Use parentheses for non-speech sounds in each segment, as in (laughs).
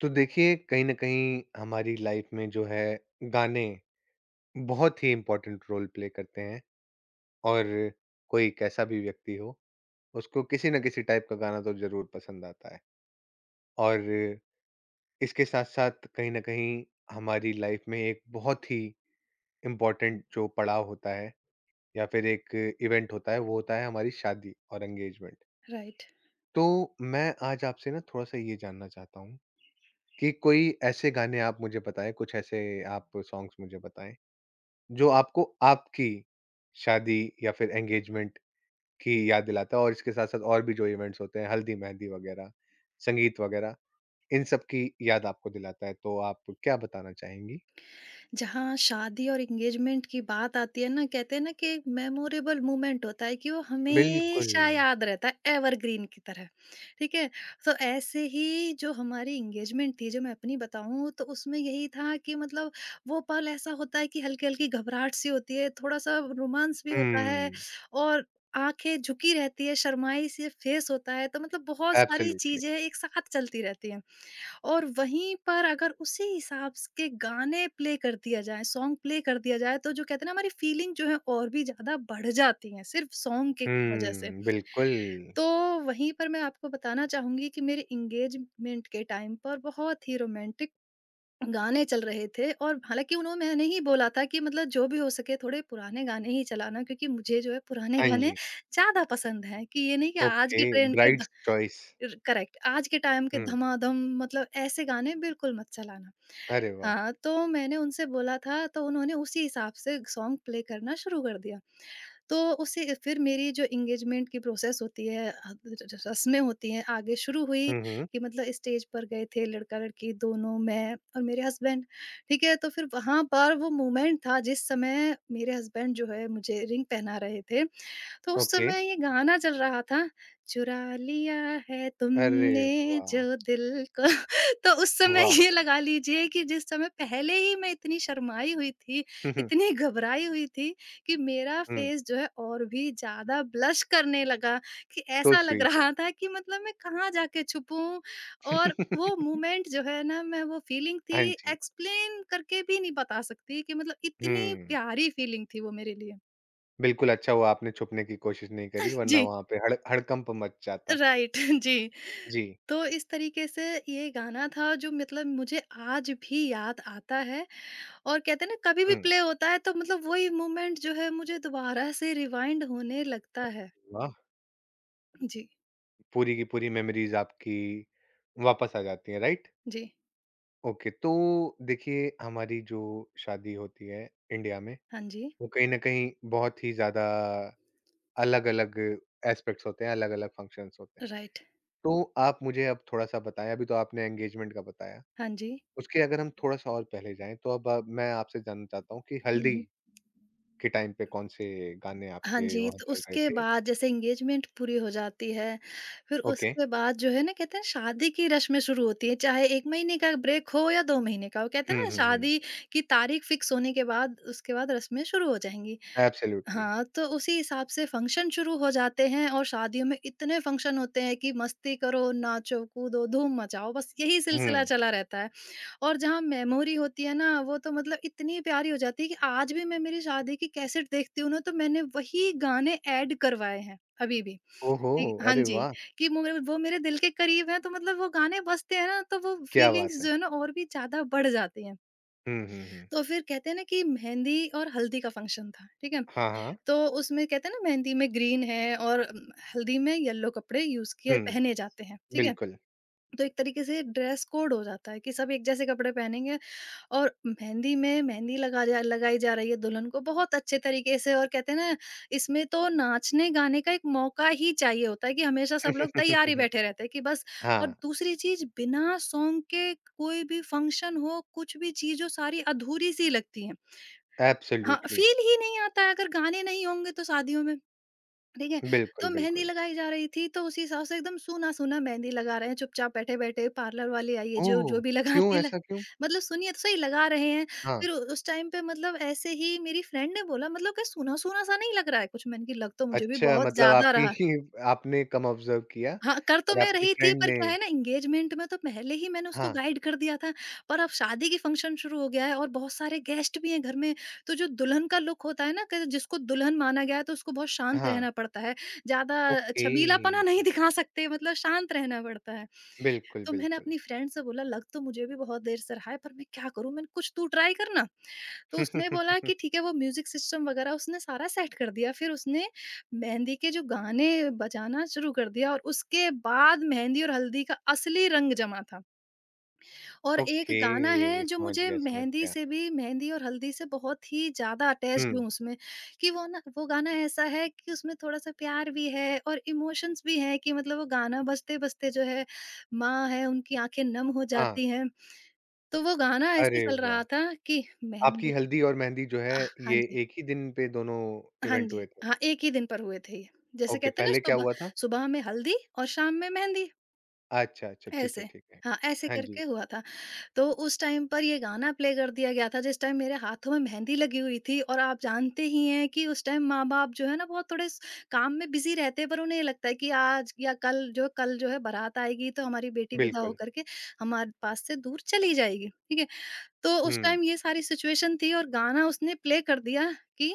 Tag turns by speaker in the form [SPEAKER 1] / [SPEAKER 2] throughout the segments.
[SPEAKER 1] तो देखिए कहीं न कहीं हमारी लाइफ में जो है गाने बहुत ही इम्पोर्टेंट रोल प्ले करते हैं। और कोई कैसा भी व्यक्ति हो, उसको किसी न किसी टाइप का गाना तो ज़रूर पसंद आता है। और इसके साथ-साथ कहीं न कहीं हमारी लाइफ में एक बहुत ही इम्पोर्टेंट जो पड़ाव होता है या फिर एक इवेंट होता है वो होता है हमारी शादी और एंगेजमेंट।
[SPEAKER 2] राइट।
[SPEAKER 1] तो मैं आज आपसे ना थोड़ा-सा ये जानना चाहता हूँ कि कोई ऐसे गाने आप मुझे बताएँ, कुछ ऐसे आप सॉन्ग्स मुझे बताएँ जो आपको आपकी शादी या फिर एंगेजमेंट की याद दिलाता है और इसके साथ-साथ और भी जो इवेंट्स होते हैं, हल्दी-मेहंदी वगैरह, संगीत वगैरह, इन सब की याद आपको दिलाता है, तो आप क्या बताना चाहेंगी?
[SPEAKER 2] जहाँ शादी और एंगेजमेंट की बात आती है ना, कहते हैं ना कि एक मेमोरेबल मोमेंट होता है कि वो
[SPEAKER 1] बिल्कुल।
[SPEAKER 2] हमेशा याद रहता है, एवरग्रीन की तरह। ठीक है। तो ऐसे ही जो हमारी एंगेजमेंट थी, जो मैं अपनी बताऊं, तो उसमें यही था कि मतलब वो पल ऐसा होता है कि हल्की हल्की घबराहट सी होती है, थोड़ा सा रोमांस भी होता है।
[SPEAKER 1] हुँ,
[SPEAKER 2] और आंखें झुकी रहती है, शर्माई से फेस होता है, तो मतलब बहुत सारी
[SPEAKER 1] एब्सोल्यूटली।
[SPEAKER 2] चीजें एक साथ चलती रहती हैं। और वहीं पर अगर उसी हिसाब स के गाने प्ले कर दिया जाए, सॉन्ग प्ले कर दिया जाए, तो जो कहते हैं ना हमारी फीलिंग जो है और भी ज़्यादा बढ़ जाती है, सिर्फ़ सॉन्ग के वज़ह से।
[SPEAKER 1] हुँ, बिल्कुल।
[SPEAKER 2] तो वहीं पर मैं आपको बताना चाहूँगी कि मेरे एंगेजमेंट के टाइम पर बहुत ही रोमांटिक गाने चल रहे थे। और हालाँकि उन्हों मैंने ही बोला था कि मतलब जो भी हो सके थोड़े पुराने गाने ही चलाना, क्योंकि मुझे जो है पुराने
[SPEAKER 1] हाँ
[SPEAKER 2] गाने
[SPEAKER 1] जी।
[SPEAKER 2] ज़्यादा पसंद हैं। कि ये नहीं कि आज
[SPEAKER 1] ओके,
[SPEAKER 2] के ट्रेंड के द
[SPEAKER 1] ब्राइड्स चॉइस।
[SPEAKER 2] र करेक्ट, आज के टाइम के
[SPEAKER 1] हुँ,
[SPEAKER 2] धमाधम मतलब ऐसे गाने बिल्कुल मत चलाना।
[SPEAKER 1] अरे वाह!
[SPEAKER 2] हाँ, तो मैंने उनसे बोला था, तो उन्होंने उसी हिसाब से सॉन्ग प्ले करना शुरू कर दिया। तो उसी फिर मेरी जो एंगेजमेंट की प्रोसेस होती है अ, र रस्में होती हैं आगे शुरू हुई।
[SPEAKER 1] हुँ, हुँ,
[SPEAKER 2] कि मतलब स्टेज पर गए थे लड़का-लड़की दोनों, मैं और मेरे हस्बैंड, ठीक है? तो फिर वहाँ पर वो मोमेंट था जिस समय मेरे हस्बैंड जो है मुझे रिंग पहना रहे थे। तो उस
[SPEAKER 1] ओके।
[SPEAKER 2] समय ये गाना चल रहा था, चुरा लिया है
[SPEAKER 1] अरे
[SPEAKER 2] तुमने
[SPEAKER 1] वाह!
[SPEAKER 2] जो दिल को। (laughs) तो उस समय
[SPEAKER 1] वाह!
[SPEAKER 2] ये लगा लीजिए कि जिस समय पहले ही मैं इतनी शर्माई हुई थी,
[SPEAKER 1] (laughs) हुँ, हुँ,
[SPEAKER 2] इतनी घबराई हुई थी, कि मेरा
[SPEAKER 1] हुँ,
[SPEAKER 2] फ़ेस जो है और भी ज़्यादा ब्लश करने लगा। कि
[SPEAKER 1] सो
[SPEAKER 2] ऐसा लग
[SPEAKER 1] स्वीट।
[SPEAKER 2] रहा था कि मतलब मैं कहाँ जाके छुपूँ। और वो
[SPEAKER 1] (laughs)
[SPEAKER 2] मोमेंट जो है ना, मैं वो फ़ीलिंग
[SPEAKER 1] हाँ
[SPEAKER 2] थी
[SPEAKER 1] जी।
[SPEAKER 2] एक्सप्लेन करके भी नहीं बता सकती कि मतलब इतनी
[SPEAKER 1] हुँ।
[SPEAKER 2] प्यारी फ़ीलिंग थी वो मेरे लिए।
[SPEAKER 1] बिल्कुल, अच्छा हुआ आपने छुपने की कोशिश नहीं करी वरना
[SPEAKER 2] जी,
[SPEAKER 1] वहाँ पे हड़ हड़कंप मच जाता।
[SPEAKER 2] राइट। (laughs) जी।
[SPEAKER 1] जी,
[SPEAKER 2] तो इस तरीके से ये गाना था जो मतलब मुझे आज भी याद आता है। और कहते हैं ना, कभी भी
[SPEAKER 1] हुँ,
[SPEAKER 2] प्ले होता है तो मतलब वही मोमेंट जो है मुझे दोबारा से रिवाइंड होने लगता है।
[SPEAKER 1] वाह!
[SPEAKER 2] जी,
[SPEAKER 1] पूरी की पूरी मेमोरीज़ आपकी वापस आ जाती हैं, राइट?
[SPEAKER 2] जी।
[SPEAKER 1] ओके, तो देखिए हमारी जो शादी होती है इंडिया में,
[SPEAKER 2] हाँ जी,
[SPEAKER 1] वो कहीं न कहीं बहुत ही ज़्यादा अलग-अलग एस्पेक्ट्स होते हैं, अलग-अलग फंक्शंस होते हैं।
[SPEAKER 2] राइट।
[SPEAKER 1] तो आप मुझे अब थोड़ा-सा बताएँ, अभी तो आपने एंगेजमेंट का बताया,
[SPEAKER 2] हाँ जी।
[SPEAKER 1] उसके अगर हम थोड़ा-सा और पहले जाएँ, तो अब मैं आपसे जानना चाहता हूँ कि
[SPEAKER 2] हुँ,
[SPEAKER 1] हल्दी
[SPEAKER 2] हुँ।
[SPEAKER 1] के टाइम पे कौन से गाने
[SPEAKER 2] हाँ
[SPEAKER 1] आपके
[SPEAKER 2] जी,
[SPEAKER 1] वहाँ
[SPEAKER 2] तो
[SPEAKER 1] चल रहे
[SPEAKER 2] उसके
[SPEAKER 1] थे?
[SPEAKER 2] बाद जैसे एंगेजमेंट पूरी हो जाती है, फिर
[SPEAKER 1] ओके।
[SPEAKER 2] उसके बाद जो है ना कहते हैं शादी की रस्में शुरू होती हैं, चाहे 1 महीने का ब्रेक हो या 2 महीने का हो। कहते
[SPEAKER 1] हुँ,
[SPEAKER 2] हैं ना
[SPEAKER 1] हुँ, हुँ।
[SPEAKER 2] शादी की तारीख फिक्स होने के बाद, उसके बाद रस्में शुरू हो जाएँगी।
[SPEAKER 1] एब्सोल्युटली।
[SPEAKER 2] हाँ, तो उसी हिसाब से फंक्शन शुरू हो जाते हैं और शादियों में इतने फंक्शन होते हैं कि मस्ती करो, नाचो, कूदो, धूम मचाओ, बस यही
[SPEAKER 1] हुँ।
[SPEAKER 2] सिलसिला चला रहता है। और जहाँ मेमोरी होती है ना, वो तो मतलब इतनी प्यारी हो जाती है कि आज भी मैं मेरी शादी की कैसेट देखती हूँ ना, तो मैंने वही गाने ऐड करवाए हैं, अभी भी।
[SPEAKER 1] ओहो!
[SPEAKER 2] ठीक हाँ
[SPEAKER 1] अरे
[SPEAKER 2] जी,
[SPEAKER 1] वाह!
[SPEAKER 2] कि मो वो मेरे दिल के करीब हैं, तो मतलब वो गाने बजते हैं ना, तो वो
[SPEAKER 1] क्या बात
[SPEAKER 2] फीलिंग्स
[SPEAKER 1] है।
[SPEAKER 2] जो है ना और भी ज़्यादा बढ़ जाती हैं।
[SPEAKER 1] हुँ, हुँ, हुँ।
[SPEAKER 2] तो फिर कहते हैं ना कि मेहंदी और हल्दी का फंक्शन था, ठीक है?
[SPEAKER 1] हाँ, हाँ।
[SPEAKER 2] तो उसमें कहते हैं ना मेहंदी में ग्रीन है और हल्दी में येलो कपड़े यूज किए
[SPEAKER 1] हुँ,
[SPEAKER 2] पहने जाते हैं, ठीक है।
[SPEAKER 1] बिल्कुल।
[SPEAKER 2] तो एक तरीके से ड्रेस कोड हो जाता है कि सब एक जैसे कपड़े पहनेंगे। और मेहंदी में मेहंदी लगाई जा रही है दुल्हन को बहुत अच्छे तरीके से। और कहते हैं ना, इसमें तो नाचने गाने का एक मौका ही चाहिए होता है, कि हमेशा सब लोग तैयार ही
[SPEAKER 1] (laughs)
[SPEAKER 2] बैठे रहते हैं कि बस। और
[SPEAKER 1] हाँ,
[SPEAKER 2] दूसरी चीज, बिना सॉन्ग के कोई भी फंक्शन हो कुछ भी चीज हो, सारी अधूरी सी लगती है। हाँ,
[SPEAKER 1] एब्सोल्युटली।
[SPEAKER 2] फील ही नहीं आता है अगर गाने नहीं होंगे तो शादियों में, ठीक है। तो
[SPEAKER 1] बिल्कुल,
[SPEAKER 2] मेहंदी
[SPEAKER 1] बिल्कुल।
[SPEAKER 2] लगाई जा रही थी, तो उसी हिसाब से एकदम सूना-सूना मेहंदी लगा रहे हैं, चुपचाप बैठे-बैठे, पार्लर वाली आई है जो,
[SPEAKER 1] ओह!
[SPEAKER 2] जो भी
[SPEAKER 1] क्यों
[SPEAKER 2] लगाती है ल,
[SPEAKER 1] ऐसा क्यों?
[SPEAKER 2] मतलब सुनिए तो सही लगा रहे हैं।
[SPEAKER 1] हाँ।
[SPEAKER 2] फिर उस टाइम पे मतलब ऐसे ही मेरी फ्रेंड ने बोला, मतलब क्या सूना-सूना सा नहीं लग रहा है कुछ? मैंने कहा लग तो मुझे भी
[SPEAKER 1] अच्छा
[SPEAKER 2] बहुत
[SPEAKER 1] मतलब
[SPEAKER 2] ज़्यादा
[SPEAKER 1] आपकी
[SPEAKER 2] रहा।
[SPEAKER 1] (laughs) आपने कम ऑब्ज़र्व किया
[SPEAKER 2] हाँ, कर तो
[SPEAKER 1] और
[SPEAKER 2] मैं
[SPEAKER 1] आपकी
[SPEAKER 2] रही थी
[SPEAKER 1] फ्रेंड
[SPEAKER 2] पर
[SPEAKER 1] ने।
[SPEAKER 2] क्या है ना, एंगेजमेंट में तो पहले ही मैंने उसको
[SPEAKER 1] हाँ,
[SPEAKER 2] गाइड कर दिया था। पर अब शादी की फंक्शन शुरू हो गया है और बहुत सारे गेस्ट भी हैं घर में, तो जो दुल्हन का लुक होता है ना कि जिसको दुल्हन माना गया है, तो उसको बहुत शांत
[SPEAKER 1] हाँ।
[SPEAKER 2] रहना पड़ता है, ज़्यादा
[SPEAKER 1] ओके।
[SPEAKER 2] छबीलापना नहीं दिखा सकते, मतलब शांत रहना पड़ता है।
[SPEAKER 1] बिल्कुल,
[SPEAKER 2] तो मैंने
[SPEAKER 1] बिल्कुल।
[SPEAKER 2] अपनी फ्रेंड से बोला, लग तो मुझे भी बहुत देर से रहा है, पर मैं क्या करूँ, मैंने कुछ तू ट्राई करना। तो उसने बोला कि
[SPEAKER 1] (laughs)
[SPEAKER 2] ठीक है, वो म्यूजिक सिस्टम वगैरह उसने सारा सेट कर दिया। फिर उसने मेहंदी के जो गाने बजाना शुरू कर दिया, और उसके बाद मेहंदी और हल्दी का असली रंग जमा था। और एक गाना है
[SPEAKER 1] ओके,
[SPEAKER 2] जो
[SPEAKER 1] समझ
[SPEAKER 2] मुझे
[SPEAKER 1] गया, समझ
[SPEAKER 2] मेहंदी
[SPEAKER 1] गया।
[SPEAKER 2] से भी, मेहंदी और हल्दी से बहुत ही ज़्यादा
[SPEAKER 1] हुँ,
[SPEAKER 2] अटैच्ड हूँ उसमें। कि वो ना वो गाना ऐसा है कि उसमें थोड़ा-सा प्यार भी है और इमोशंस भी हैं कि मतलब वो गाना बजते-बजते जो है, माँ है उनकी आँखें नम हो
[SPEAKER 1] हाँ।
[SPEAKER 2] जाती हैं। तो वो गाना ऐसे
[SPEAKER 1] अरे
[SPEAKER 2] चल
[SPEAKER 1] वाह!
[SPEAKER 2] रहा था कि मेहंदी
[SPEAKER 1] आपकी हल्दी और मेहंदी जो
[SPEAKER 2] अ,
[SPEAKER 1] है,
[SPEAKER 2] हाँ
[SPEAKER 1] ये
[SPEAKER 2] जी,
[SPEAKER 1] एक ही दिन पे दोनों
[SPEAKER 2] हाँ
[SPEAKER 1] इवेंट
[SPEAKER 2] जी।
[SPEAKER 1] हुए थे?
[SPEAKER 2] हाँ, एक ही दिन पर हुए थे ये। जैसे
[SPEAKER 1] ओके,
[SPEAKER 2] कहते हैं ना
[SPEAKER 1] पहले क्या
[SPEAKER 2] सुबह,
[SPEAKER 1] हुआ था?
[SPEAKER 2] सुबह में हल्दी और शाम में मेहंदी,
[SPEAKER 1] अच्छा, अच्छा, ठीक है,
[SPEAKER 2] ऐसे।
[SPEAKER 1] ठीक है।
[SPEAKER 2] हाँ, ऐसे
[SPEAKER 1] हाँ जी,
[SPEAKER 2] करके हुआ था। तो उस टाइम पर ये गाना प्ले कर दिया गया था जिस टाइम मेरे हाथों में मेहंदी लगी हुई थी। और आप जानते ही हैं कि उस टाइम माँ-बाप जो है ना बहुत थोड़े स काम में बिज़ी रहते हैं, पर उन्हें ये लगता है कि आज या कल जो है बारात आएगी, तो हमारी बेटी विदा
[SPEAKER 1] बिल्कुल।
[SPEAKER 2] होकर के हमारे पास से दूर चली जाएगी, ठीक है? तो उस
[SPEAKER 1] हुँ।
[SPEAKER 2] टाइम ये सारी सिचुएशन थी और गाना उसने प्ले कर दिया कि,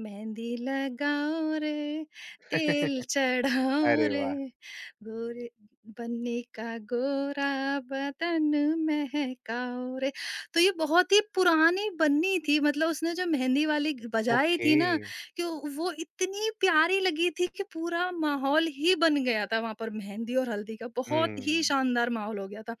[SPEAKER 2] मेहंदी लगाओ रे, तेल
[SPEAKER 1] (laughs)
[SPEAKER 2] चढ़ाओ
[SPEAKER 1] अरे
[SPEAKER 2] रे,
[SPEAKER 1] वाह!
[SPEAKER 2] गोरे बन्नी का गोरा बदन महकाओ रे। तो ये बहुत ही पुरानी बन्नी थी, मतलब उसने जो मेहंदी वाली बजाई
[SPEAKER 1] ओके।
[SPEAKER 2] थी ना, कि वो इतनी प्यारी लगी थी कि पूरा माहौल ही बन गया था। वहां पर मेहंदी और हल्दी का बहुत ही
[SPEAKER 1] हुँ।
[SPEAKER 2] शानदार माहौल हो गया था।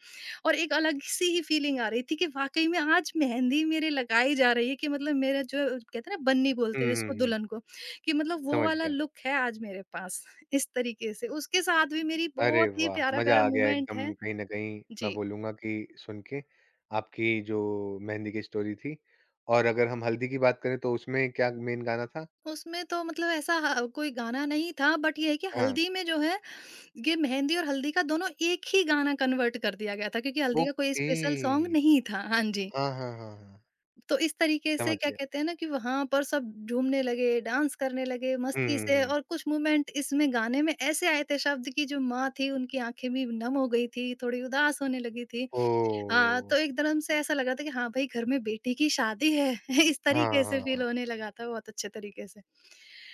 [SPEAKER 2] और एक अलग-सी ही फीलिंग आ रही थी कि वाक़ई में आज मेहंदी मेरे लगाई जा रही है, कि मतलब मेरा, जो कहते हैं ना बन्नी बोलते हैं
[SPEAKER 1] हुँ, हुँ,
[SPEAKER 2] जिसको,
[SPEAKER 1] हुँ,
[SPEAKER 2] दुल्हन को, कि मतलब वो
[SPEAKER 1] समझ
[SPEAKER 2] वाला
[SPEAKER 1] गया।
[SPEAKER 2] लुक है आज मेरे पास, (laughs) इस तरीके से। उसके साथ भी मेरी
[SPEAKER 1] अरे
[SPEAKER 2] बहुत ही
[SPEAKER 1] वाह! मज़ा
[SPEAKER 2] प्यारा-प्यारा
[SPEAKER 1] आ गया
[SPEAKER 2] मोमेंट
[SPEAKER 1] एकदम
[SPEAKER 2] है।
[SPEAKER 1] कहीं न कहीं मैं
[SPEAKER 2] जी।
[SPEAKER 1] बोलूँगा कि सुन के, आपकी जो मेहंदी की स्टोरी थी और अगर हम हल्दी की बात करें तो उसमें क्या मेन गाना था?
[SPEAKER 2] उसमें तो मतलब ऐसा ह कोई गाना नहीं था, बट ये है कि
[SPEAKER 1] हाँ,
[SPEAKER 2] हल्दी में जो है, ये मेहंदी और हल्दी का दोनों एक ही गाना कन्वर्ट कर दिया गया था, क्योंकि हल्दी का कोई
[SPEAKER 1] ओके।
[SPEAKER 2] स्पेशल सॉन्ग नहीं था। हाँ जी।
[SPEAKER 1] हाँ, हाँ, हाँ, हाँ,
[SPEAKER 2] तो इस तरीके से
[SPEAKER 1] समझ
[SPEAKER 2] क्या
[SPEAKER 1] गया।
[SPEAKER 2] कहते हैं ना कि वहाँ पर सब झूमने लगे, डांस करने लगे
[SPEAKER 1] हुँ,
[SPEAKER 2] मस्ती
[SPEAKER 1] हुँ,
[SPEAKER 2] से।
[SPEAKER 1] हुँ।
[SPEAKER 2] और कुछ मोमेंट इसमें, गाने में ऐसे आए थे शब्द, कि जो माँ थी उनकी आँखें भी नम हो गई थी, थोड़ी उदास होने लगी थी। हाँ,
[SPEAKER 1] ओह!
[SPEAKER 2] तो एकदम से ऐसा लगा था कि हाँ भाई घर में बेटी की शादी है, (laughs) इस
[SPEAKER 1] हाँ,
[SPEAKER 2] तरीके
[SPEAKER 1] हाँ,
[SPEAKER 2] से
[SPEAKER 1] हाँ।
[SPEAKER 2] फ़ील होने लगा था बहुत अच्छे तरीके से।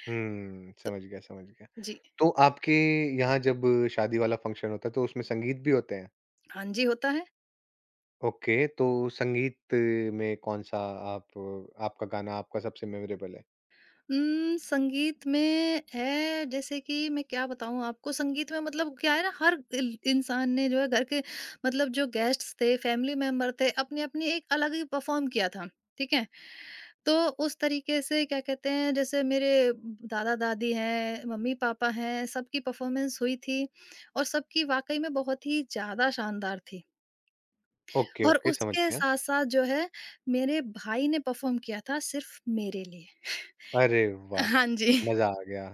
[SPEAKER 1] हुँ,
[SPEAKER 2] तो
[SPEAKER 1] समझ गया, समझ गया।
[SPEAKER 2] जी।
[SPEAKER 1] तो आपके यहाँ जब शादी वाला फंक्शन होता है तो उसमें संगीत भी होते हैं?
[SPEAKER 2] हाँ जी, होता है।
[SPEAKER 1] ओके, तो संगीत में कौन-सा आप आपका गाना आपका सबसे मेमोरेबल है?
[SPEAKER 2] संगीत में है, जैसे कि मैं क्या बताऊँ आपको, संगीत में मतलब क्या है ना, हर इल इंसान ने जो है घर के, मतलब जो गेस्ट्स थे, फैमिली मेंबर थे, अपनी-अपनी एक अलग ही परफ़ॉर्म किया था, ठीक है? तो उस तरीके से क्या कहते हैं जैसे मेरे दादा-दादी हैं, मम्मी-पापा हैं, सबकी परफ़ॉर्मेंस हुई थी और सबकी वाक़ई में बहुत ही ज़्यादा शानदार थी।
[SPEAKER 1] ओके,
[SPEAKER 2] और
[SPEAKER 1] ओके, समझ
[SPEAKER 2] उसके
[SPEAKER 1] गया।
[SPEAKER 2] साथ-साथ जो है मेरे भाई ने परफ़ॉर्म किया था सिर्फ़ मेरे लिए।
[SPEAKER 1] अरे वाह!
[SPEAKER 2] हाँ जी।
[SPEAKER 1] मज़ा आ गया।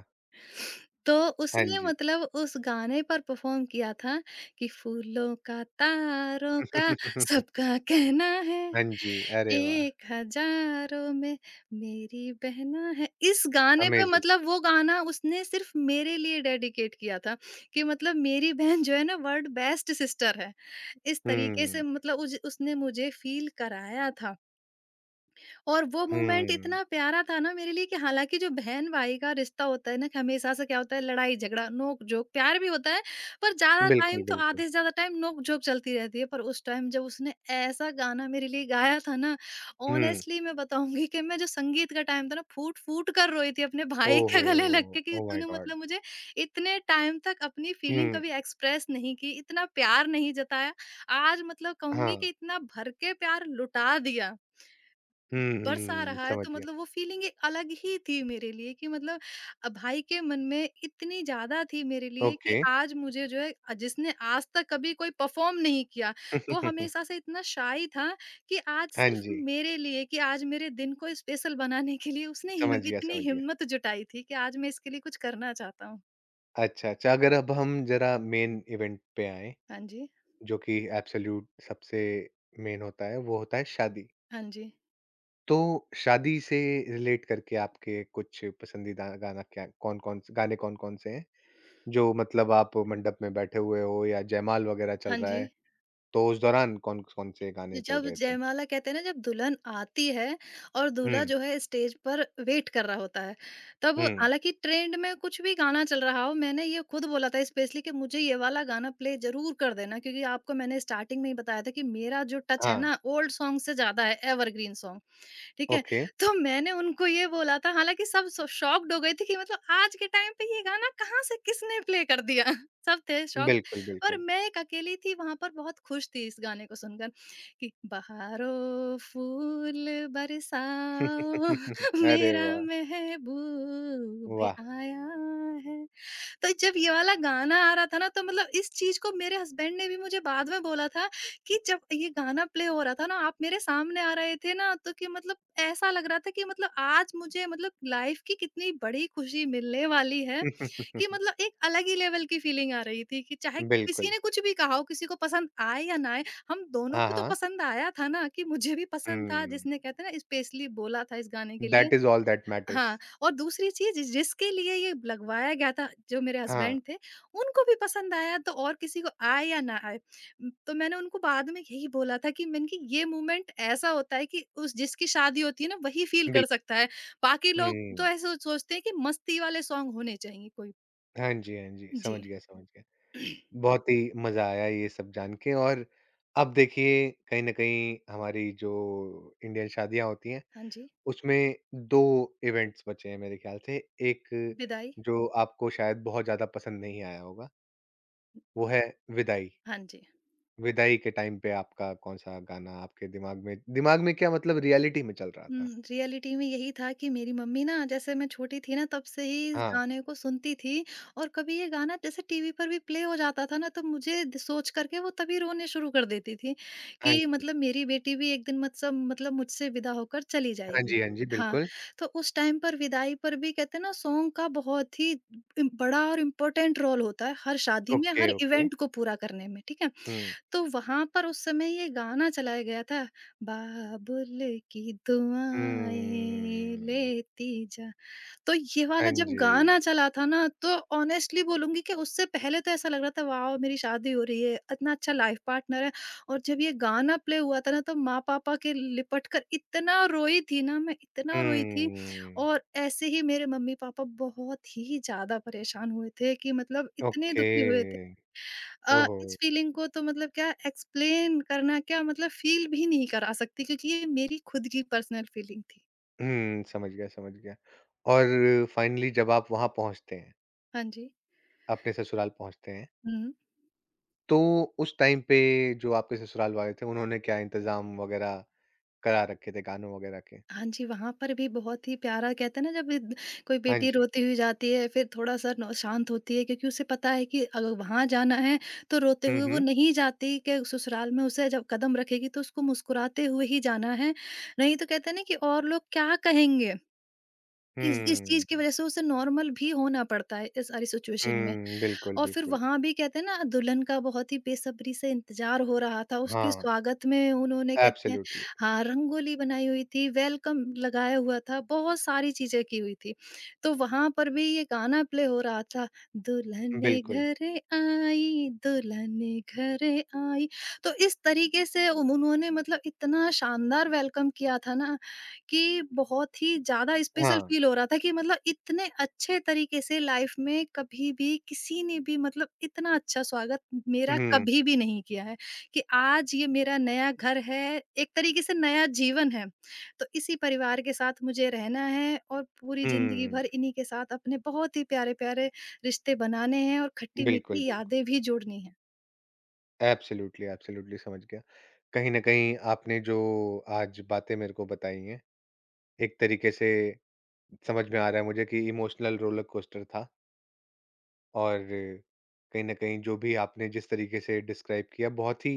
[SPEAKER 2] तो
[SPEAKER 1] हाँ
[SPEAKER 2] उसने
[SPEAKER 1] जी।
[SPEAKER 2] मतलब उस गाने पर परफ़ॉर्म किया था कि फूलों का तारों का
[SPEAKER 1] (laughs)
[SPEAKER 2] सबका कहना है,
[SPEAKER 1] हाँ जी, अरे वाह!
[SPEAKER 2] 1 हज़ारों में मेरी बहना है। इस गाने पे
[SPEAKER 1] अमेज़िंग।
[SPEAKER 2] मतलब वो गाना उसने सिर्फ़ मेरे लिए डेडिकेट किया था कि मतलब मेरी बहन जो है ना वर्ल्ड बेस्ट सिस्टर है। इस तरीके
[SPEAKER 1] हुँ,
[SPEAKER 2] से मतलब उज उसने मुझे फ़ील कराया था। और वो मोमेंट
[SPEAKER 1] हुँ।
[SPEAKER 2] इतना प्यारा था ना मेरे लिए कि हालाँकि जो बहन-भाई का रिश्ता होता है ना कि हमेशा से क्या होता है लड़ाई-झगड़ा, नोक-झोंक, प्यार भी होता है, पर ज़्यादा
[SPEAKER 1] बिल्कुल,
[SPEAKER 2] टाइम तो आधे
[SPEAKER 1] बिल्कुल।
[SPEAKER 2] से ज़्यादा टाइम नोक-झोंक चलती रहती है। पर उस टाइम जब उसने ऐसा गाना मेरे लिए गाया था ना,
[SPEAKER 1] हुँ।
[SPEAKER 2] ऑनेस्टली मैं बताऊँगी कि मैं जो संगीत का टाइम था ना फूट-फूट कर रोई थी अपने भाई
[SPEAKER 1] ओह हो!
[SPEAKER 2] के गले लग के कि
[SPEAKER 1] ओह माय
[SPEAKER 2] तूने
[SPEAKER 1] गॉड!
[SPEAKER 2] मतलब मुझे इतने टाइम तक अपनी फीलिंग
[SPEAKER 1] हुँ,
[SPEAKER 2] कभी एक्सप्रेस नहीं की, इतना प्यार नहीं जताया। आज मतलब कहूँगी
[SPEAKER 1] हाँ।
[SPEAKER 2] कि इतना भर के प्यार लुटा दिया।
[SPEAKER 1] हुँ,
[SPEAKER 2] बरसा
[SPEAKER 1] हुँ,
[SPEAKER 2] रहा है
[SPEAKER 1] समझ
[SPEAKER 2] तो
[SPEAKER 1] गया।
[SPEAKER 2] मतलब वो फीलिंग एक अलग ही थी मेरे लिए कि मतलब भाई के मन में इतनी ज़्यादा थी मेरे लिए कि
[SPEAKER 1] ओके।
[SPEAKER 2] आज मुझे जो है जिसने आज तक कभी कोई परफॉर्म नहीं किया, वो हमेशा
[SPEAKER 1] (laughs)
[SPEAKER 2] से इतना शाय था कि आज
[SPEAKER 1] हाँ
[SPEAKER 2] सिर्फ़
[SPEAKER 1] जी,
[SPEAKER 2] मेरे लिए कि आज मेरे दिन को स्पेशल बनाने के लिए उसने
[SPEAKER 1] समझ
[SPEAKER 2] हिम
[SPEAKER 1] गया,
[SPEAKER 2] इतनी
[SPEAKER 1] समझ गया।
[SPEAKER 2] हिम्मत जुटाई थी कि आज मैं इसके लिए कुछ करना चाहता हूँ।
[SPEAKER 1] अच्छा, अच्छा अगर अब हम ज़रा मेन इवेंट पे आएँ,
[SPEAKER 2] हाँ जी,
[SPEAKER 1] जो कि एब्सोल्यूट सबसे मेन होता है, वो होता है शादी।
[SPEAKER 2] हाँ जी,
[SPEAKER 1] तो शादी से रिलेट करके आपके कुछ पसंदीदा गाना क्या कौन-कौन से गाने कौन-कौन से हैं? जो मतलब आप मंडप में बैठे हुए हो या जयमाल वगैरह चल
[SPEAKER 2] हाँ
[SPEAKER 1] रहा
[SPEAKER 2] जी।
[SPEAKER 1] है, तो उस दौरान कौन-कौन से
[SPEAKER 2] तो
[SPEAKER 1] गाने चल
[SPEAKER 2] जब
[SPEAKER 1] रहे थे?
[SPEAKER 2] जयमाला कहते हैं ना जब दुल्हन आती है और दूल्हा
[SPEAKER 1] हुँ,
[SPEAKER 2] जो है स्टेज पर वेट कर रहा होता है, तब
[SPEAKER 1] हुँ।
[SPEAKER 2] हालांकि ट्रेंड में कुछ भी गाना चल रहा हो, मैंने ये खुद बोला था स्पेशली कि मुझे ये वाला गाना प्ले जरूर कर देना, क्योंकि आपको मैंने स्टार्टिंग में ही बताया था कि मेरा जो टच है
[SPEAKER 1] हाँ,
[SPEAKER 2] ना ओल्ड सॉन्ग से ज्यादा है एवरग्रीन सॉन्ग। ठीक है?
[SPEAKER 1] ओके।
[SPEAKER 2] तो मैंने उनको ये बोला था, हालाँकि सब स शॉक्ड हो गए थे कि मतलब आज के टाइम पे ये गाना कहाँ से किसने प्ले कर दिया? (laughs) सब थे शॉक्ड।
[SPEAKER 1] बिल्कुल,
[SPEAKER 2] और
[SPEAKER 1] बिल्कुल।
[SPEAKER 2] मैं एक अकेली थी वहाँ पर, बहुत खुश थी इस गाने को सुनकर कि बहारो फूल बरसाओ
[SPEAKER 1] (laughs)
[SPEAKER 2] (laughs)
[SPEAKER 1] अरे
[SPEAKER 2] मेरा
[SPEAKER 1] वाह!
[SPEAKER 2] महबूब
[SPEAKER 1] वाह!
[SPEAKER 2] आया है। तो जब ये वाला गाना आ रहा था ना, तो मतलब इस चीज़ को मेरे हस्बैंड ने भी मुझे बाद में बोला था कि जब ये गाना प्ले हो रहा था ना आप मेरे सामने आ रहे थे ना, तो कि मतलब ऐसा लग रहा था कि मतलब आज मुझे मतलब लाइफ की कितनी बड़ी खुशी मिलने वाली है, कि
[SPEAKER 1] (laughs)
[SPEAKER 2] मतलब एक अलग ही लेवल की फीलिंग आ रही थी कि चाहे किसी
[SPEAKER 1] बिल्कुल।
[SPEAKER 2] ने कुछ भी कहा हो, किसी को पसंद आए या ना आए, हम दोनों
[SPEAKER 1] हाँ,
[SPEAKER 2] को तो
[SPEAKER 1] हाँ।
[SPEAKER 2] पसंद आया था ना, कि मुझे भी पसंद था
[SPEAKER 1] हुँ,
[SPEAKER 2] जिसने कहते हैं ना स्पेशली बोला था इस गाने के लिए।
[SPEAKER 1] That is all that matters.
[SPEAKER 2] हाँ, और दूसरी चीज़ जिसके लिए ये लगवाया गया था, जो मेरे
[SPEAKER 1] हाँ,
[SPEAKER 2] हस्बैंड थे, उनको भी पसंद आया, तो और किसी को आए या ना आए। तो मैंने उनको बाद में यही बोला था कि मैंने कि ये मोमेंट ऐसा होता है कि उस जिसकी शादी होती है ना, वही फील कर
[SPEAKER 1] बिल्कुल।
[SPEAKER 2] सकता है। बाकी लोग तो
[SPEAKER 1] हुँ।
[SPEAKER 2] ऐसे सोचते हैं कि मस्ती वाले सॉन्ग होने चाहिए कोई।
[SPEAKER 1] हाँ जी, हाँ जी।
[SPEAKER 2] जी।
[SPEAKER 1] समझ गया, समझ गया।
[SPEAKER 2] (clears throat)
[SPEAKER 1] बहुत ही मज़ा आया ये सब जान के और अब देखिए कहीं न कहीं हमारी जो इंडियन शादियाँ होती हैं,
[SPEAKER 2] हाँ जी,
[SPEAKER 1] उसमें 2 इवेंट्स बचे हैं मेरे ख्याल से। एक
[SPEAKER 2] विदाई।
[SPEAKER 1] जो आपको शायद बहुत ज़्यादा पसंद नहीं आया होगा, वो है विदाई।
[SPEAKER 2] हाँ जी।
[SPEAKER 1] विदाई के टाइम पे आपका कौन-सा गाना आपके दिमाग में क्या मतलब रियलिटी में चल रहा था?
[SPEAKER 2] हुँ, रियलिटी में यही था कि मेरी मम्मी ना जैसे मैं छोटी थी ना तब से ही इस
[SPEAKER 1] हाँ।
[SPEAKER 2] गाने को सुनती थी। और कभी ये गाना जैसे टीवी पर भी प्ले हो जाता था ना, तो मुझे द सोच करके वो तभी रोने शुरू कर देती थी
[SPEAKER 1] हाँ
[SPEAKER 2] कि
[SPEAKER 1] जी।
[SPEAKER 2] मतलब मेरी बेटी भी एक दिन मतलब मुझसे विदा होकर चली
[SPEAKER 1] हाँ
[SPEAKER 2] जाएगी।
[SPEAKER 1] जी, हाँ जी,
[SPEAKER 2] हाँ,
[SPEAKER 1] बिल्कुल।
[SPEAKER 2] तो उस टाइम पर विदाई पर भी कहते हैं ना सॉन्ग का बहुत ही इम बड़ा और इम्पोर्टेंट रोल होता है हर शादी में,
[SPEAKER 1] ओके,
[SPEAKER 2] हर
[SPEAKER 1] ओके।
[SPEAKER 2] इवेंट को पूरा करने में। ठीक है?
[SPEAKER 1] हुँ।
[SPEAKER 2] तो वहाँ पर उस समय ये गाना चलाया गया था, बाबुल की दुआएँ
[SPEAKER 1] हम्म।
[SPEAKER 2] लेती जा। तो ये
[SPEAKER 1] हाँ
[SPEAKER 2] वाला जब
[SPEAKER 1] जी।
[SPEAKER 2] गाना चला था ना, तो ऑनेस्टली बोलूँगी कि उससे पहले तो ऐसा लग रहा था वॉव! मेरी शादी हो रही है, इतना अच्छा लाइफ़ पार्टनर है। और जब ये गाना प्ले हुआ था ना, तो माँ-पापा के लिपट कर इतना रोई थी ना मैं, इतना रोई थी।
[SPEAKER 1] हम्म।
[SPEAKER 2] और ऐसे ही मेरे मम्मी-पापा बहुत ही ज़्यादा परेशान हुए थे कि मतलब इतने
[SPEAKER 1] ओके।
[SPEAKER 2] दुखी हुए थे।
[SPEAKER 1] ओहो!
[SPEAKER 2] इस फीलिंग को तो मतलब क्या एक्सप्लेन करना, क्या मतलब फ़ील भी नहीं करा सकती क्योंकि ये मेरी खुद की पर्सनल फीलिंग थी।
[SPEAKER 1] हुँ, समझ गया, समझ गया। और फाइनली जब आप वहाँ पहुँचते हैं,
[SPEAKER 2] हाँ जी।
[SPEAKER 1] अपने ससुराल पहुँचते हैं,
[SPEAKER 2] हुँ।
[SPEAKER 1] तो उस टाइम पे जो आपके ससुराल वाले थे, उन्होंने क्या इंतज़ाम वग़ैरह करा रखे थे गानों वग़ैरह के?
[SPEAKER 2] हाँ जी, वहाँ पर भी बहुत ही प्यारा कहते हैं ना, जब द कोई
[SPEAKER 1] हाँ
[SPEAKER 2] बेटी
[SPEAKER 1] जी।
[SPEAKER 2] रोती हुई जाती है फिर थोड़ा-सा नौ शांत होती है, क्योंकि उसे पता है कि अगर वहाँ जाना है, तो रोते
[SPEAKER 1] हुँ,
[SPEAKER 2] हुए वो
[SPEAKER 1] हुँ।
[SPEAKER 2] नहीं जाती, कि ससुराल में उसे जब कदम रखेगी तो उसको मुस्कुराते हुए ही जाना है। नहीं तो कहते हैं ना कि और लोग क्या कहेंगे? इस चीज़ की
[SPEAKER 1] हुँ।
[SPEAKER 2] वज़ह से उसे नॉर्मल भी होना पड़ता है इस सारी सिचुएशन में।
[SPEAKER 1] हुँ, बिल्कुल,
[SPEAKER 2] और फिर
[SPEAKER 1] बिल्कुल।
[SPEAKER 2] वहाँ भी कहते हैं ना दुल्हन का बहुत ही बेसब्री से इंतजार हो रहा था, उसके
[SPEAKER 1] हाँ,
[SPEAKER 2] स्वागत में उन्होंने कहते हैं
[SPEAKER 1] एब्सोल्युटली।
[SPEAKER 2] हाँ, रंगोली बनाई हुई थी, वेलकम लगाया हुआ था, बहुत सारी चीज़ें की हुई थी। तो वहाँ पर भी ये गाना प्ले हो रहा था, दुल्हन
[SPEAKER 1] बिल्कुल।
[SPEAKER 2] घर आई, दुल्हन घर आई। तो इस तरीके से उन्होंने मतलब इतना शानदार वेलकम किया था ना कि बहुत ही ज़्यादा स्पेशल
[SPEAKER 1] हाँ।
[SPEAKER 2] फ़ील हो रहा था कि मतलब इतने अच्छे तरीके से लाइफ़ में कभी भी किसी ने भी मतलब इतना अच्छा स्वागत मेरा
[SPEAKER 1] हुँ।
[SPEAKER 2] कभी भी नहीं किया है, कि आज ये मेरा नया घर है, एक तरीके से नया जीवन है। तो इसी परिवार के साथ मुझे रहना है और पूरी ज़िंदगी
[SPEAKER 1] हुँ।
[SPEAKER 2] भर इन्हीं के साथ अपने बहुत ही प्यारे-प्यारे रिश्ते बनाने हैं और
[SPEAKER 1] बिल्कुल,
[SPEAKER 2] खट्टी-मीठी
[SPEAKER 1] बिल्कुल।
[SPEAKER 2] यादें भी जोड़नी हैं।
[SPEAKER 1] एब्सोल्युटली, एब्सोल्युटली समझ गया। कहीं न कहीं आपने जो आज बातें मेरे को बताई हैं, एक तरीके से समझ में आ रहा है मुझे कि इमोशनल रोलर कोस्टर था और कहीं न कहीं जो भी आपने जिस तरीके से डिस्क्राइब किया, बहुत ही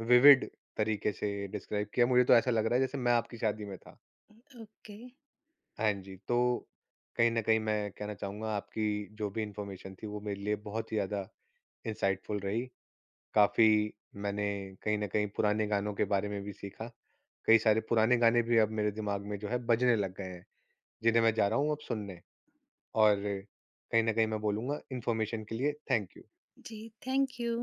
[SPEAKER 1] विविड तरीके से डिस्क्राइब किया। मुझे तो ऐसा लग रहा है जैसे मैं आपकी शादी में था।
[SPEAKER 2] ओके।
[SPEAKER 1] हाँ जी, तो कहीं न कहीं मैं कहना चाहूँगा आपकी जो भी इन्फॉर्मेशन थी वो मेरे लिए बहुत ही ज़्यादा इनसाइटफुल रही। काफ़ी मैंने कहीं न कहीं पुराने गानों के बारे में भी सीखा। कई सारे पुराने गाने भी अब मेरे दिमाग में जो है बजने लग गए हैं, जिन्हें मैं जा रहा हूँ अब सुनने और कहीं न कहीं मैं बोलूँगा इन्फॉर्मेशन के लिए थैंक यू।
[SPEAKER 2] जी, थैंक यू।